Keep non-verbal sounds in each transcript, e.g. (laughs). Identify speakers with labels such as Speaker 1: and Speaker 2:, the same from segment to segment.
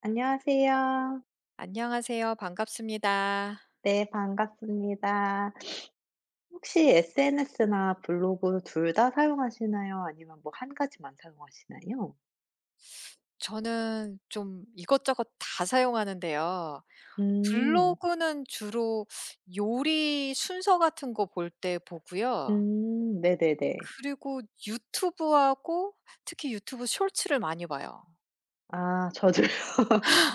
Speaker 1: 안녕하세요.
Speaker 2: 안녕하세요. 반갑습니다.
Speaker 1: 네, 반갑습니다. 혹시 SNS나 블로그 둘 다 사용하시나요? 아니면 뭐 한 가지만 사용하시나요?
Speaker 2: 저는 좀 이것저것 다 사용하는데요.
Speaker 1: 음.
Speaker 2: 블로그는 주로 요리 순서 같은 거 볼 때 보고요.
Speaker 1: 음. 네네네.
Speaker 2: 그리고 유튜브하고 특히 유튜브 쇼츠를 많이 봐요.
Speaker 1: 아, 저도요. (laughs)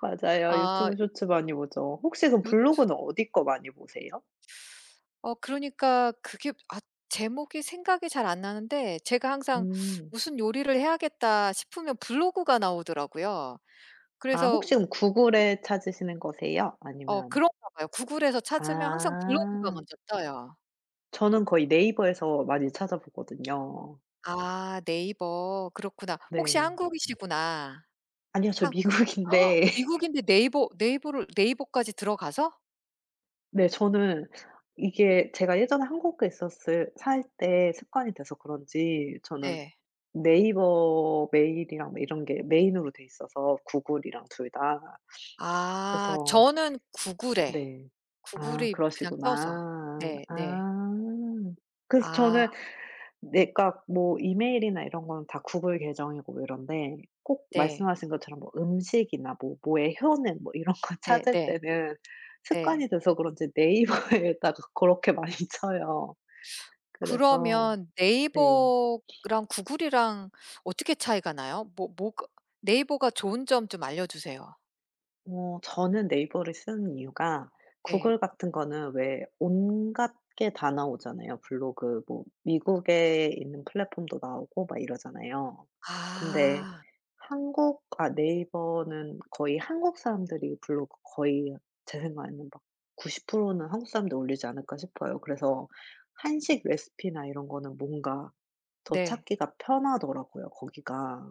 Speaker 1: 맞아요.
Speaker 2: 아
Speaker 1: 유튜브 쇼츠 많이 보죠. 혹시 그럼
Speaker 2: 요
Speaker 1: 블로그는 어디 거 많이 보세요?
Speaker 2: 어 그러니까 그게 아 제목이 생각이 잘 안 나는데 제가 항상
Speaker 1: 음.
Speaker 2: '무슨 요리를 해야겠다.' 싶으면 블로그가 나오더라고요.
Speaker 1: 아,
Speaker 2: 그래서
Speaker 1: 혹시 그럼 구글에 찾으시는 거세요? 아니면
Speaker 2: 그런가 봐요. 구글에서 찾으면 항상 블로그가
Speaker 1: 아,
Speaker 2: 먼저 떠요.
Speaker 1: 저는 거의 네이버에서 많이 찾아보거든요.
Speaker 2: 아 네이버. 그렇구나. 혹시
Speaker 1: 네.
Speaker 2: 한국이시구나.
Speaker 1: 아니요. 저
Speaker 2: 한
Speaker 1: 미국인데
Speaker 2: 미국인데 네이버 네이버를 네이버까지 들어가서?
Speaker 1: 네. 저는 이게 제가 예전에 한국에 있었을 살 때 습관이 돼서 그런지 저는
Speaker 2: 네.
Speaker 1: 네이버 메일이랑 뭐 이런 게 메인으로 돼 있어서 구글이랑 둘 다.
Speaker 2: 아
Speaker 1: 그래서
Speaker 2: 저는
Speaker 1: 네. 아,
Speaker 2: 구글이 그냥 떠서.
Speaker 1: 그러시구나.
Speaker 2: 네 네.
Speaker 1: 아. 그래서 저는
Speaker 2: 아
Speaker 1: 네, 그러니까 뭐 이메일이나 이런 거는 다 구글 계정이고 이런데 꼭
Speaker 2: 네.
Speaker 1: 말씀하신 것처럼 뭐 음식이나 뭐 뭐의 효능 뭐 이런 거 (laughs)
Speaker 2: 네
Speaker 1: 찾을
Speaker 2: 네
Speaker 1: 때는
Speaker 2: 네.
Speaker 1: 습관이 돼서 그런지 네이버에다가 그렇게 많이 (laughs) 쳐요. 그래서
Speaker 2: 그러면
Speaker 1: 네.
Speaker 2: 네이버랑 구글이랑 어떻게 차이가 나요? 뭐가 네이버가 좋은 점 좀 알려 주세요.
Speaker 1: 어, 저는 네이버를 쓰는 이유가
Speaker 2: 네.
Speaker 1: 구글 같은 거는 왜 온갖 게 다 나오잖아요. 블로그 뭐 미국에 있는 플랫폼도 나오고 막 이러잖아요. 근데
Speaker 2: 아.
Speaker 1: 한국 네이버는 거의 한국 사람들이 블로그 거의 제 생각에는 막 90%는 한국 사람들이 올리지 않을까 싶어요. 그래서 한식 레시피나 이런 거는 뭔가 더
Speaker 2: 네.
Speaker 1: 찾기가 편하더라고요, 거기가.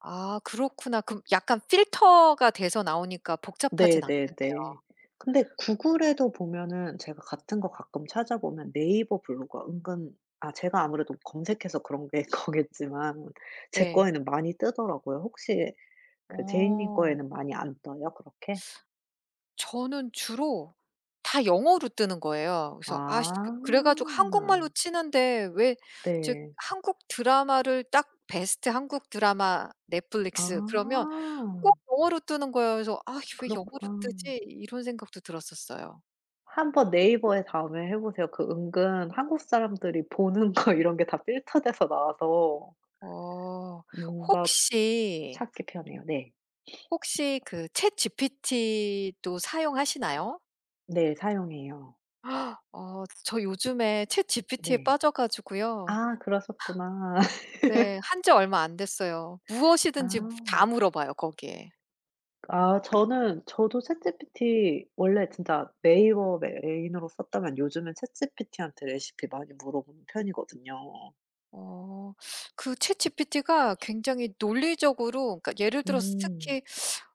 Speaker 2: 아 그렇구나. 그럼 약간 필터가 돼서 나오니까 복잡하진 않겠네요.
Speaker 1: 네네네. 근데 구글에도 보면은 제가 같은 거 가끔 찾아보면 네이버 블로그가 은근 아 제가 아무래도 검색해서 그런 게 (laughs) 거겠지만 제
Speaker 2: 네.
Speaker 1: 거에는 많이 뜨더라고요. 혹시 그 제이 님
Speaker 2: 어.
Speaker 1: 거에는 많이 안 떠요 그렇게?
Speaker 2: 저는 주로 다 영어로 뜨는 거예요. 그래서 아 시
Speaker 1: 아.
Speaker 2: 그래 가지고 한국말로 치는데 왜 즉
Speaker 1: 네.
Speaker 2: 한국 드라마를 딱 베스트 한국 드라마
Speaker 1: 아.
Speaker 2: 넷플릭스 그러면 꼭 영어로 뜨는 거예요. 그래서 '아 왜 영어로
Speaker 1: 그렇구나.
Speaker 2: 뜨지?' 이런 생각도 들었었어요.
Speaker 1: 한번 네이버에 다음에 해 보세요. 그 은근 한국 사람들이 보는 거 이런 게 다 필터돼서 나와서
Speaker 2: 어.
Speaker 1: 뭔가
Speaker 2: 혹시,
Speaker 1: 찾기 편해요. 네.
Speaker 2: 혹시 그 챗GPT도 사용하시나요?
Speaker 1: 네. 사용해요.
Speaker 2: 저 요즘에 챗GPT에
Speaker 1: 네.
Speaker 2: 빠져 가지고요.
Speaker 1: 아, 그러셨구나. (laughs)
Speaker 2: 네. 한지 얼마 안 됐어요.
Speaker 1: 아.
Speaker 2: 무엇이든지 다 물어봐요 거기에.
Speaker 1: 아 저는 저도 챗GPT 원래 진짜 네이버 메인으로 썼다면 요즘은 챗GPT한테 레시피 많이 물어보는 편이거든요.
Speaker 2: 어 그 챗GPT가 굉장히 논리적으로, 그러니까 예를 들어서
Speaker 1: 음.
Speaker 2: 특히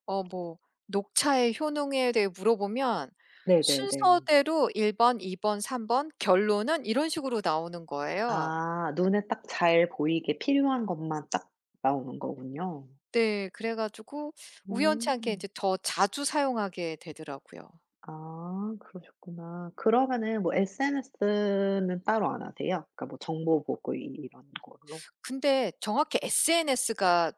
Speaker 2: 어 뭐 녹차의 효능에 대해 물어보면
Speaker 1: 네네네.
Speaker 2: 순서대로 1 번, 2 번, 3번 결론은 이런 식으로 나오는 거예요.
Speaker 1: 아, 눈에 딱 잘 보이게 필요한 것만 딱 나오는 거군요.
Speaker 2: 네. 그래 가지고 우연치 않게 이
Speaker 1: 음.
Speaker 2: 제 더 자주 사용하게 되더라고요.
Speaker 1: 아, 그러셨구나. 그러면은 뭐 SNS는 따로 안 하세요? 그러니까 뭐 정보 보고 이 이런 걸로?
Speaker 2: 근데 정확히 SNS가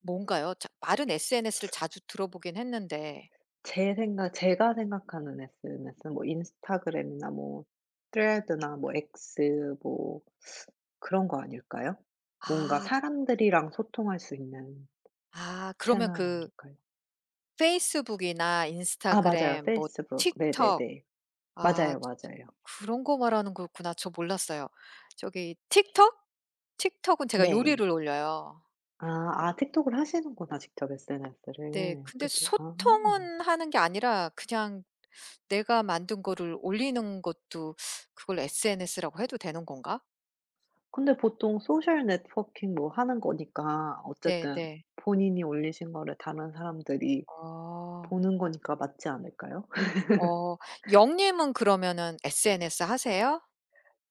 Speaker 2: 뭔가요? 자 말은 SNS를 자주 들어보긴 했는데
Speaker 1: 제 생각 제가 생각하는 SNS는 뭐 인스타그램이나 뭐 트레드나 뭐 X 뭐 그런 거 아닐까요? 뭔가
Speaker 2: 아
Speaker 1: 사람들이랑 소통할 수 있는
Speaker 2: 그러면
Speaker 1: 채널
Speaker 2: 그
Speaker 1: 아닐까요?
Speaker 2: 페이스북이나
Speaker 1: 아, 맞아요.
Speaker 2: 인스타그램, 뭐
Speaker 1: 페이스북.
Speaker 2: 틱톡,
Speaker 1: 네네네.
Speaker 2: 아
Speaker 1: 맞아요, 맞아요.
Speaker 2: 그런 거 말하는 거였구나. 저 몰랐어요. 저기, 틱톡? 틱톡은 제가
Speaker 1: 네.
Speaker 2: 요리를 올려요.
Speaker 1: 아, 틱톡을 하시는구나 직접
Speaker 2: 네.
Speaker 1: SNS를.
Speaker 2: 근데
Speaker 1: 그죠. 아.
Speaker 2: 소통은 하는 게 아니라 그냥 내가 만든 거를 올리는 것도 그걸 SNS라고 해도 되는 건가?
Speaker 1: 근데 보통 소셜 네트워킹 뭐 하는 거니까 어쨌든
Speaker 2: 네네.
Speaker 1: 본인이 올리신 거를 다른 사람들이
Speaker 2: 어.
Speaker 1: 보는 거니까 맞지 않을까요?
Speaker 2: 어. 영님은 그러면은 SNS 하세요?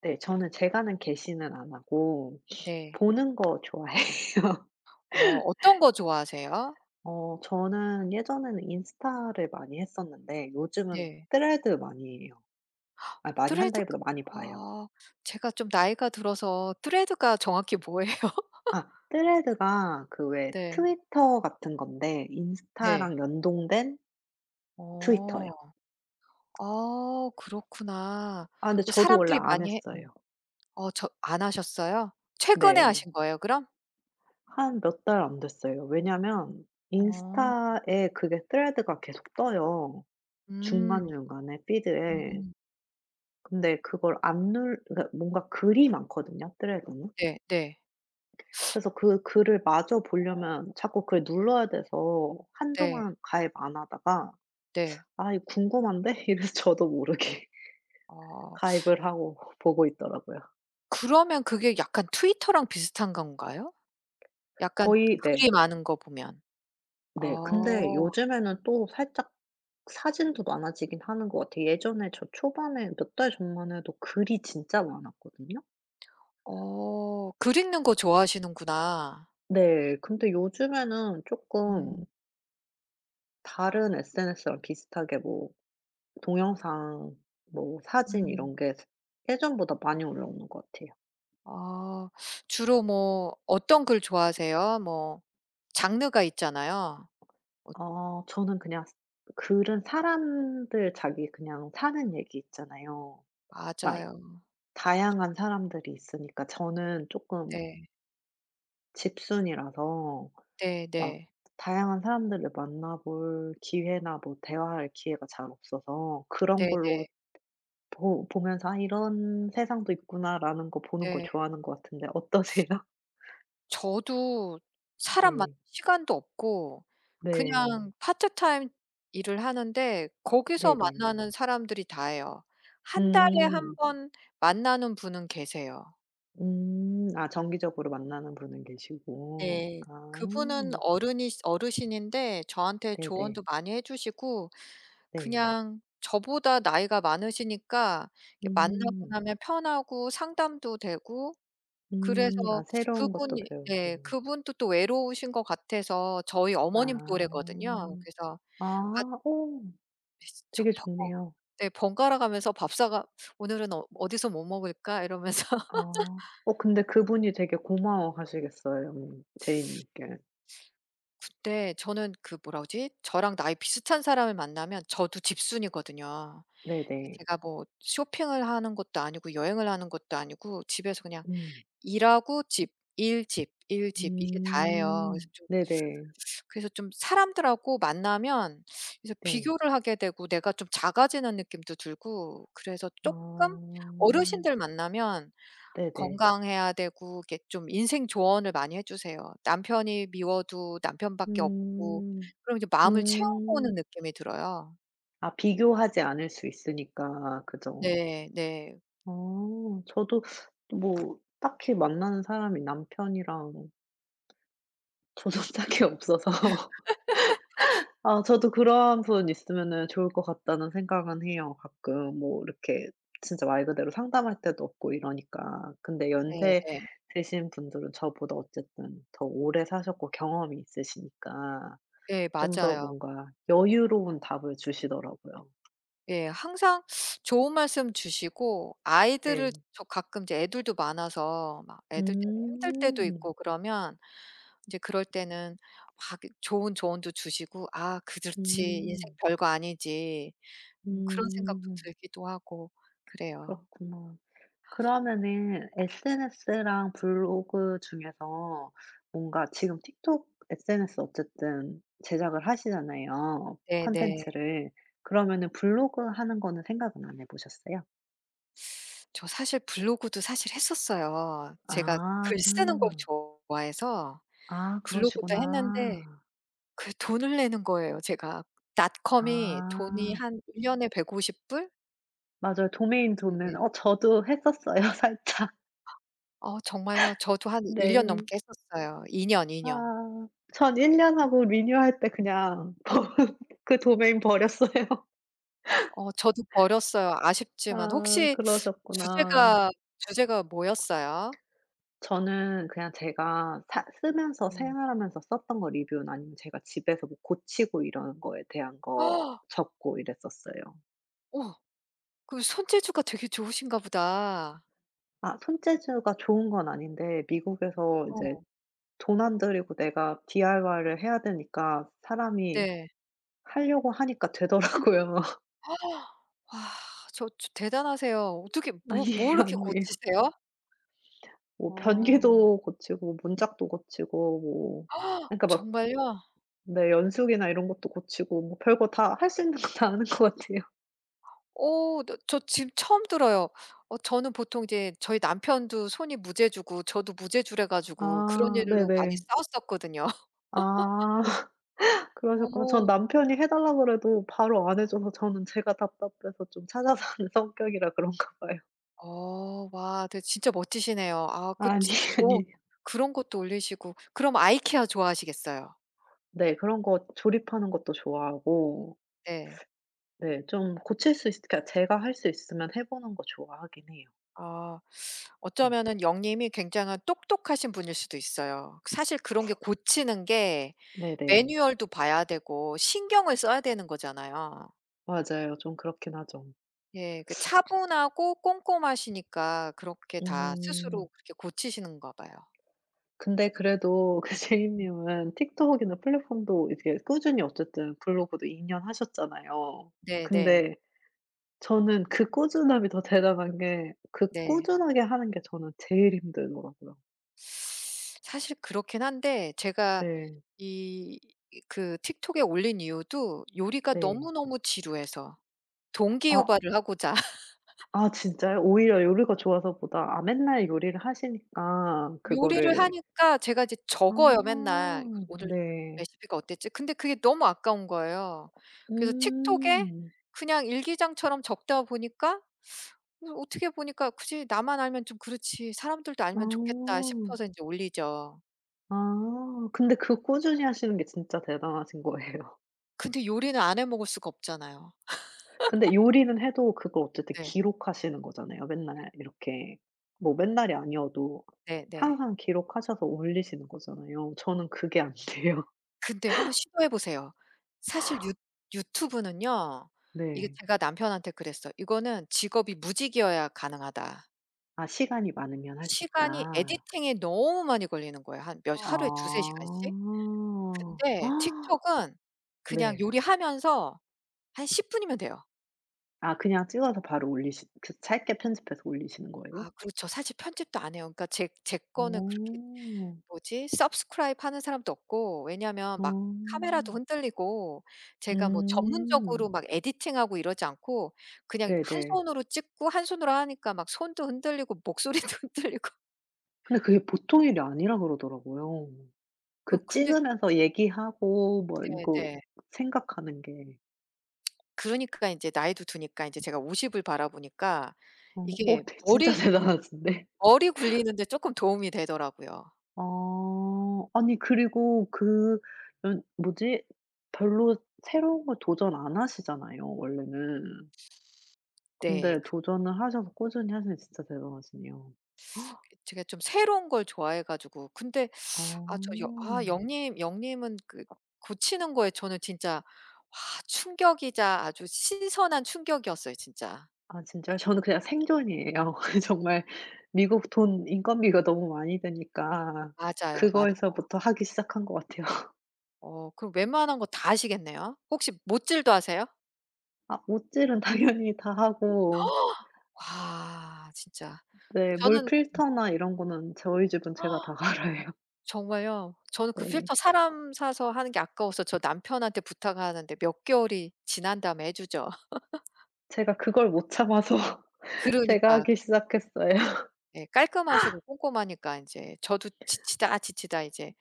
Speaker 1: 네. 저는 제가는 게시는 안 하고
Speaker 2: 네.
Speaker 1: 보는 거 좋아해요. (laughs)
Speaker 2: 어떤 거 좋아하세요?
Speaker 1: 어, 저는 예전에는 인스타를 많이 했었는데 요즘은
Speaker 2: 네.
Speaker 1: thread 많이 해요. 아, 많이
Speaker 2: 드레드 그
Speaker 1: 한다기보다 많이 봐요.
Speaker 2: 아 제가 좀 나이가 들어서 드레드가 정확히 뭐예요? (laughs)
Speaker 1: 아, thread가 그 왜
Speaker 2: 네.
Speaker 1: 트위터 같은 건데
Speaker 2: 네.
Speaker 1: 인스타랑 연동된 트위터요.
Speaker 2: 어. 아 그렇구나.
Speaker 1: 아, 근데
Speaker 2: 그
Speaker 1: 저도 원래
Speaker 2: 사람들이
Speaker 1: 안
Speaker 2: 많이 해
Speaker 1: 했어요.
Speaker 2: 어 저 안 하셨어요? 최근에
Speaker 1: 네.
Speaker 2: 하신 거예요 그럼?
Speaker 1: 한 몇 달 안 됐어요. 왜냐면
Speaker 2: 어.
Speaker 1: 인스타에 그게 thread가 계속 떠요
Speaker 2: 음.
Speaker 1: 중간중간에 피드에.
Speaker 2: 음.
Speaker 1: 근데 그걸 안 눌 그러니까 뭔가 글이 많거든요, thread는.
Speaker 2: 네 네.
Speaker 1: 그래서 그 글을 마저 보려면 자꾸 그걸 눌러야 돼서
Speaker 2: 네.
Speaker 1: 한동안 가입 안 하다가
Speaker 2: 네.
Speaker 1: '아, 이거 궁금한데?' (laughs) 이래서 저도 모르게 (laughs)
Speaker 2: 어.
Speaker 1: 가입을 하고 보고 있더라고요.
Speaker 2: 그러면 그게 약간 트위터랑 비슷한 건가요? 약간
Speaker 1: 거의
Speaker 2: 글이
Speaker 1: 네.
Speaker 2: 많은 거 보면.
Speaker 1: 네. 근데
Speaker 2: 어.
Speaker 1: 요즘에는 또 살짝 사진도 많아지긴 하는 것 같아요. 예전에 저 초반에 몇 달 전만 해도 글이 진짜 많았거든요.
Speaker 2: 어. 글 읽는 거 좋아하시는구나.
Speaker 1: 네. 근데 요즘에는 쪼끔
Speaker 2: 음.
Speaker 1: 다른 SNS랑 비슷하게 뭐 동영상, 뭐 사진
Speaker 2: 음.
Speaker 1: 이런 게 예전보다 많이 올라오는 것 같아요.
Speaker 2: 아. 주로 뭐 어떤 글 좋아하세요? 뭐 장르가 있잖아요. 어
Speaker 1: 어, 저는 그냥 글은 사람들 자기 그냥 사는 얘기 있잖아요. 막
Speaker 2: 맞아요. 저
Speaker 1: 다양한 사람들이 있으니까 저는 조금
Speaker 2: 네.
Speaker 1: 집순이라서 막
Speaker 2: 네네.
Speaker 1: 다양한 사람들을 만나볼 기회나 뭐 대화할 기회가 잘 없어서 그런
Speaker 2: 네네.
Speaker 1: 걸로
Speaker 2: 네.
Speaker 1: 보 보면서 '아, 이런 세상도 있구나.'라는 거 보는 걸
Speaker 2: 네, 네.
Speaker 1: 좋아하는 것 같은데 어떠세요? (laughs)
Speaker 2: 저도 사람 만
Speaker 1: 네.
Speaker 2: 시간도 없고
Speaker 1: 네.
Speaker 2: 그냥 파트타임 일을 하는데 거기서
Speaker 1: 네네.
Speaker 2: 만나는 사람들이 다예요. 한 달에 한
Speaker 1: 음.
Speaker 2: 번 만나는 분은 계세요.
Speaker 1: 음. 아, 정기적으로 만나는 분은 계시고.
Speaker 2: 네.
Speaker 1: 아.
Speaker 2: 그분은 어른이 어르신인데 저한테
Speaker 1: 네네.
Speaker 2: 조언도 많이 해 주시고
Speaker 1: 네.
Speaker 2: 그냥 저보다 나이가 많으시니까 이렇게 만나고
Speaker 1: 음.
Speaker 2: 나면 편하고 상담도 되고. 그래서
Speaker 1: 음. 아, 새로운 것도
Speaker 2: 그분이 예
Speaker 1: 배우고.
Speaker 2: 그분도 또 외로우신 것 같아서 저희
Speaker 1: 아.
Speaker 2: 어머님 또래거든요. 그래서 같
Speaker 1: 아. 어,
Speaker 2: (unintelligible) 저
Speaker 1: 되게
Speaker 2: 버 어
Speaker 1: 좋네요.
Speaker 2: 네, 번갈아 가면서 밥사가 '오늘은 어디서 뭐 먹을까?' 이러면서
Speaker 1: 아. 어, 근데 그분이 되게 고마워하시겠어요 제이님께.
Speaker 2: (laughs) 근데 저는, 그 뭐라 그러지? 저랑 나이 비슷한 사람을 만나면 저도 집순이거든요. 이게
Speaker 1: 네네.
Speaker 2: 제가 뭐 쇼핑을 하는 것도 아니고 여행을 하는 것도 아니고 집에서 그냥
Speaker 1: 음.
Speaker 2: 일하고 집, 일, 집, 일, 집 이게 다예요. 그래서
Speaker 1: 음.
Speaker 2: 좀,
Speaker 1: 네네.
Speaker 2: 사람들하고 만나면 그래서
Speaker 1: 네.
Speaker 2: 비교를 하게 되고 내가 좀 작아지는 느낌도 들고 그래서
Speaker 1: 아.
Speaker 2: 조금. 어르신들 만나면
Speaker 1: 네네.
Speaker 2: 건강해야 되고 이렇게 좀 인생 조언을 많이 해 주세요. 남편이 미워도 남편밖에 없고
Speaker 1: 음.
Speaker 2: 그럼 이제 마음을 채우고 오는
Speaker 1: 음.
Speaker 2: 느낌이 들어요.
Speaker 1: 아, 비교하지 않을 수 있으니까. 그죠.
Speaker 2: 네. 네.
Speaker 1: 어, 저도 뭐 딱히 만나는 사람이 남편이랑 저도 (laughs) 딱히 없어서 (laughs) 아, 저도 그런 분 있으면은 좋을 것 같다는 생각은 해요. 가끔 뭐 이렇게 진짜 말 그대로 상담할 데도 없고 이러니까. 근데 연세
Speaker 2: 네네.
Speaker 1: 드신 분들은 저보다 어쨌든 더 오래 사셨고 경험이 있으시니까
Speaker 2: 예
Speaker 1: 좀 더
Speaker 2: 맞아요.
Speaker 1: 뭔가 여유로운 답을 주시더라고요.
Speaker 2: 예. 항상 좋은 말씀 주시고
Speaker 1: 네.
Speaker 2: 아이들을 저 가끔 이제 애들도 많아서 막 애들 때문에 힘들 때도
Speaker 1: 음.
Speaker 2: 있고 그러면 이제 그럴 때는 막 좋은 조언도 주시고 '아 그렇지. 인생
Speaker 1: 음.
Speaker 2: 별거 아니지.' 그런 생각도
Speaker 1: 음.
Speaker 2: 들기도 하고 그래요.
Speaker 1: 그렇구나. 그러면은 SNS랑 블로그 중에서 뭔가 지금 틱톡 SNS 어쨌든 제작을 하시잖아요,
Speaker 2: 네네.
Speaker 1: 콘텐츠를. 그러면은 블로그 하는 거는 생각은 안 해 보셨어요?
Speaker 2: 저 사실 블로그도 사실 했었어요. 제가
Speaker 1: 아.
Speaker 2: 글 쓰는 걸
Speaker 1: 음.
Speaker 2: 좋아해서
Speaker 1: 아,
Speaker 2: 블로그도 했는데
Speaker 1: 그러시구나.
Speaker 2: 그 돈을 내는 거예요 제가. 닷컴이 돈이
Speaker 1: 아.
Speaker 2: 한 1 년에 $150?
Speaker 1: 맞아요. 도메인 도는
Speaker 2: 네.
Speaker 1: 어 저도 했었어요, (laughs) 살짝.
Speaker 2: 어 정말요? 저도 한 1년
Speaker 1: 네.
Speaker 2: 넘게 했었어요. 2 년, 2 년.
Speaker 1: 아. 전 1년 하고 리뉴할 때 그냥 (laughs) 버 그 도메인 버렸어요.
Speaker 2: 저도 버렸어요. 아쉽지만.
Speaker 1: 아,
Speaker 2: 혹시
Speaker 1: 그러셨구나.
Speaker 2: 주제가 주제가 뭐였어요?
Speaker 1: 저는 그냥 제가 사 쓰면서
Speaker 2: 음.
Speaker 1: 생활하면서 썼던 거 리뷰는 아니면 제가 집에서 뭐 고치고 이러는 거에 대한 거
Speaker 2: 어
Speaker 1: 적고 이랬었어요.
Speaker 2: 그 손재주가 되게 좋으신가 보다.
Speaker 1: 아, 손재주가 좋은 건 아닌데 미국에서 이제
Speaker 2: 어
Speaker 1: 돈 안 들이고 내가 DIY를 해야 되니까 사람이
Speaker 2: 네.
Speaker 1: 하려고 하니까 되더라고요.
Speaker 2: 와 저 대단하세요. 어떻게
Speaker 1: (laughs)
Speaker 2: 뭐
Speaker 1: 아니에요,
Speaker 2: 이렇게
Speaker 1: 아니에요.
Speaker 2: 고치세요?
Speaker 1: 뭐
Speaker 2: 어
Speaker 1: 변기도 고치고 문짝도 고치고 뭐 그러니까 막
Speaker 2: 정말요?
Speaker 1: 네, 연수기나 이런 것도 고치고 뭐 별거 다 할 수 있는 거 다 하는 것 같아요.
Speaker 2: 어 너 저 지금 처음 들어요. 저는 보통 이제 저희 남편도 손이 무제주고 저도 무제주래 가지고 그런
Speaker 1: 아,
Speaker 2: 일로 많이
Speaker 1: 네네.
Speaker 2: 싸웠었거든요.
Speaker 1: 아 (laughs)
Speaker 2: (laughs)
Speaker 1: 그러셨구나.
Speaker 2: 오,
Speaker 1: 전 남편이 해달라 그래도 바로 안 해 줘서 저는 제가 답답해서 좀 찾아서 하는 (laughs) 성격이라 그런가 봐요.
Speaker 2: 와 되게 진짜 멋지시네요. 아 그
Speaker 1: 아니,
Speaker 2: 진짜
Speaker 1: (laughs)
Speaker 2: 좋은
Speaker 1: 아니에요.
Speaker 2: 그런 것도 올리시고 그럼 아이케아 좋아하시겠어요.
Speaker 1: 네. 그런 거 조립하는 것도 좋아하고
Speaker 2: 네.
Speaker 1: 네 좀 고칠 수 있으 그러니까 제가 할 수 있으면 해 보는 거 좋아하긴 해요.
Speaker 2: 아
Speaker 1: 네.
Speaker 2: 어쩌면은 영님이 굉장한 똑똑하신 분일 수도 있어요. 사실 그런 게 고치는 게
Speaker 1: 네네.
Speaker 2: 매뉴얼도 봐야 되고 신경을 써야 되는 거잖아요.
Speaker 1: 맞아요. 좀 그렇긴 하죠.
Speaker 2: 예. 그 차분하고 꼼꼼하시니까 그렇게 다
Speaker 1: 음.
Speaker 2: 스스로 그렇게 고치시는가 봐요.
Speaker 1: 근데 그래도 (laughs) 그 제이님은 틱톡이나 플랫폼도 이제 꾸준히 어쨌든 블로그도 2년 하셨잖아요.
Speaker 2: 네네. 네.
Speaker 1: 근데 저는 그 꾸준함이 더 대단한 게 그
Speaker 2: 네.
Speaker 1: 꾸준하게 하는 게 저는 제일 힘들더라고요.
Speaker 2: 사실 그렇긴 한데 제가
Speaker 1: 네.
Speaker 2: 이 그 틱톡에 올린 이유도 요리가
Speaker 1: 네.
Speaker 2: 너무너무 지루해서
Speaker 1: 아
Speaker 2: 동기유발을 하고자. (laughs)
Speaker 1: 아 진짜요? 오히려 요리가 좋아서 보다 맨날 요리를 하시니까
Speaker 2: 요리를
Speaker 1: 그거를
Speaker 2: 하니까 제가 이제 적어요
Speaker 1: 아
Speaker 2: 맨날. 그 '오늘
Speaker 1: 네.
Speaker 2: 레시피가 어땠지?' 근데 그게 너무 아까운 거예요. 그래서 틱톡에
Speaker 1: 음.
Speaker 2: 그냥 일기장처럼 적다 보니까, 그래서 어떻게 보니까 '굳이 나만 알면 좀 그렇지 사람들도 알면 좋겠다.'
Speaker 1: 아.
Speaker 2: 싶어서 인제 올리죠.
Speaker 1: 아, 근데 그 꾸준히 하시는 게 진짜 대단하신 거예요.
Speaker 2: 근데 요리는 안 해 먹을 수가 없잖아요.
Speaker 1: 근데 요리는 해도 그걸 어쨌든
Speaker 2: 네.
Speaker 1: 기록하시는 거잖아요. 맨날 이렇게 뭐 맨날이 아니어도
Speaker 2: 네네.
Speaker 1: 항상 기록하셔서 올리시는 거잖아요. 저는 그게 안 돼요. (laughs)
Speaker 2: 근데 한번 시도해 보세요. 사실 유 유튜브는요. 이게
Speaker 1: 네.
Speaker 2: 제가 남편한테 그랬어요. '이거는 직업이 무직이어야 가능하다.'
Speaker 1: 아, 시간이 많으면 할 수
Speaker 2: 시간이
Speaker 1: 있다.
Speaker 2: 에디팅에 너무 많이 걸리는 거예요. 한 몇 하루에 두세 시간씩.
Speaker 1: 아.
Speaker 2: 근데
Speaker 1: (gasps)
Speaker 2: 틱톡은 그냥
Speaker 1: 네.
Speaker 2: 요리하면서 한 10 분이면 돼요.
Speaker 1: 아, 그냥 찍어서 바로 올리시 그 짧게 편집해서 올리시는 거예요?
Speaker 2: 아 그렇죠. 사실 편집도 안 해요. 그러니까 제 거는 그렇게
Speaker 1: 어.
Speaker 2: 뭐지? subscribe 하는 사람도 없고 왜냐면
Speaker 1: 어.
Speaker 2: 막 카메라도 흔들리고 제가 뭐
Speaker 1: 음.
Speaker 2: 전문적으로 막 에디팅하고 이러지 않고 그냥 한
Speaker 1: 네네.
Speaker 2: 손으로 찍고 한 손으로 하니까 막 손도 흔들리고 목소리도 (laughs) 흔들리고
Speaker 1: 근데 그게 보통 일이 아니라 그러더라고요.
Speaker 2: 어
Speaker 1: 그
Speaker 2: 근데
Speaker 1: 찍으면서 얘기하고 뭐 이거
Speaker 2: 네네.
Speaker 1: 생각하는 게
Speaker 2: 그러니까 이제 나이도 드니까 이제 제가 50을 바라보니까 이게
Speaker 1: 진짜 (laughs) 대단하신데.
Speaker 2: 머리 굴리는 데 조금 도움이 되더라고요.
Speaker 1: 어, 아니 그리고 그 연 뭐지? 별로 새로운 걸 도전 안 하시잖아요 원래는.
Speaker 2: 네.
Speaker 1: 근데
Speaker 2: 그
Speaker 1: 도전을 하셔서 꾸준히 하시는 게 진짜 대단하시네요.
Speaker 2: 제가 좀 새로운 걸 좋아해 가지고 근데 아 저 여 아
Speaker 1: 어.
Speaker 2: 영님은 그 고치는 거에 저는 진짜 와 충격이자 아주 신선한 충격이었어요 진짜.
Speaker 1: 아, 진짜요? 저는 그냥 생존이에요. (laughs) 정말 미국 돈 인건비가 너무 많이 드니까
Speaker 2: 맞아요, 맞아요.
Speaker 1: 그거에서부터 하기 시작한 것 같아요.
Speaker 2: 그럼 웬만한 거 다 하시겠네요? 혹시 못질도 하세요?
Speaker 1: 아, 못질은 당연히 다 하고
Speaker 2: 와 진짜.
Speaker 1: 네 물
Speaker 2: 저는
Speaker 1: 필터나 이런 거는 저희 집은 제가 다 (laughs) 갈아요.
Speaker 2: 정말요? 저는 그
Speaker 1: 네.
Speaker 2: 필터 사람 사서 하는 게 아까워서 저 남편한테 부탁하는데 몇 개월이 지난 다음에 해 주죠.
Speaker 1: 제가 그걸 못 참아서
Speaker 2: (laughs)
Speaker 1: (laughs) 제가
Speaker 2: 그러니까.
Speaker 1: 하기 시작했어요.
Speaker 2: 예 깔끔하시고 꼼꼼하니까 이제 저도 지치다 이제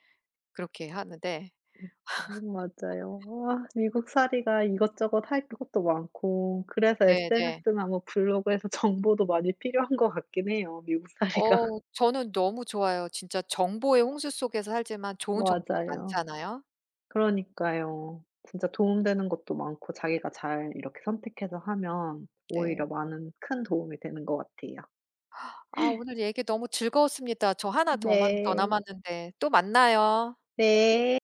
Speaker 2: 그렇게 하는데.
Speaker 1: (laughs) 음, 맞아요. 와, 미국 살이가 이것저것 할 것도 많고 그래서
Speaker 2: 네네.
Speaker 1: SNS나 뭐 블로그에서 (laughs) 정보도 많이 필요한 것 같긴 해요, 미국 살이가. (laughs)
Speaker 2: 저는 너무 좋아요. 진짜 정보의 홍수 속에서 살지만 좋은 정보도
Speaker 1: 맞아요.
Speaker 2: 많잖아요.
Speaker 1: 그러니까요. 진짜 도움되는 것도 많고 자기가 잘 이렇게 선택해서 하면
Speaker 2: 네.
Speaker 1: 오히려 많은 큰 도움이 되는 것 같아요.
Speaker 2: 아 오늘 얘기 너무 즐거웠습니다. 저 하나 더만 더
Speaker 1: 네.
Speaker 2: 남았는데 또 만나요.
Speaker 1: 네.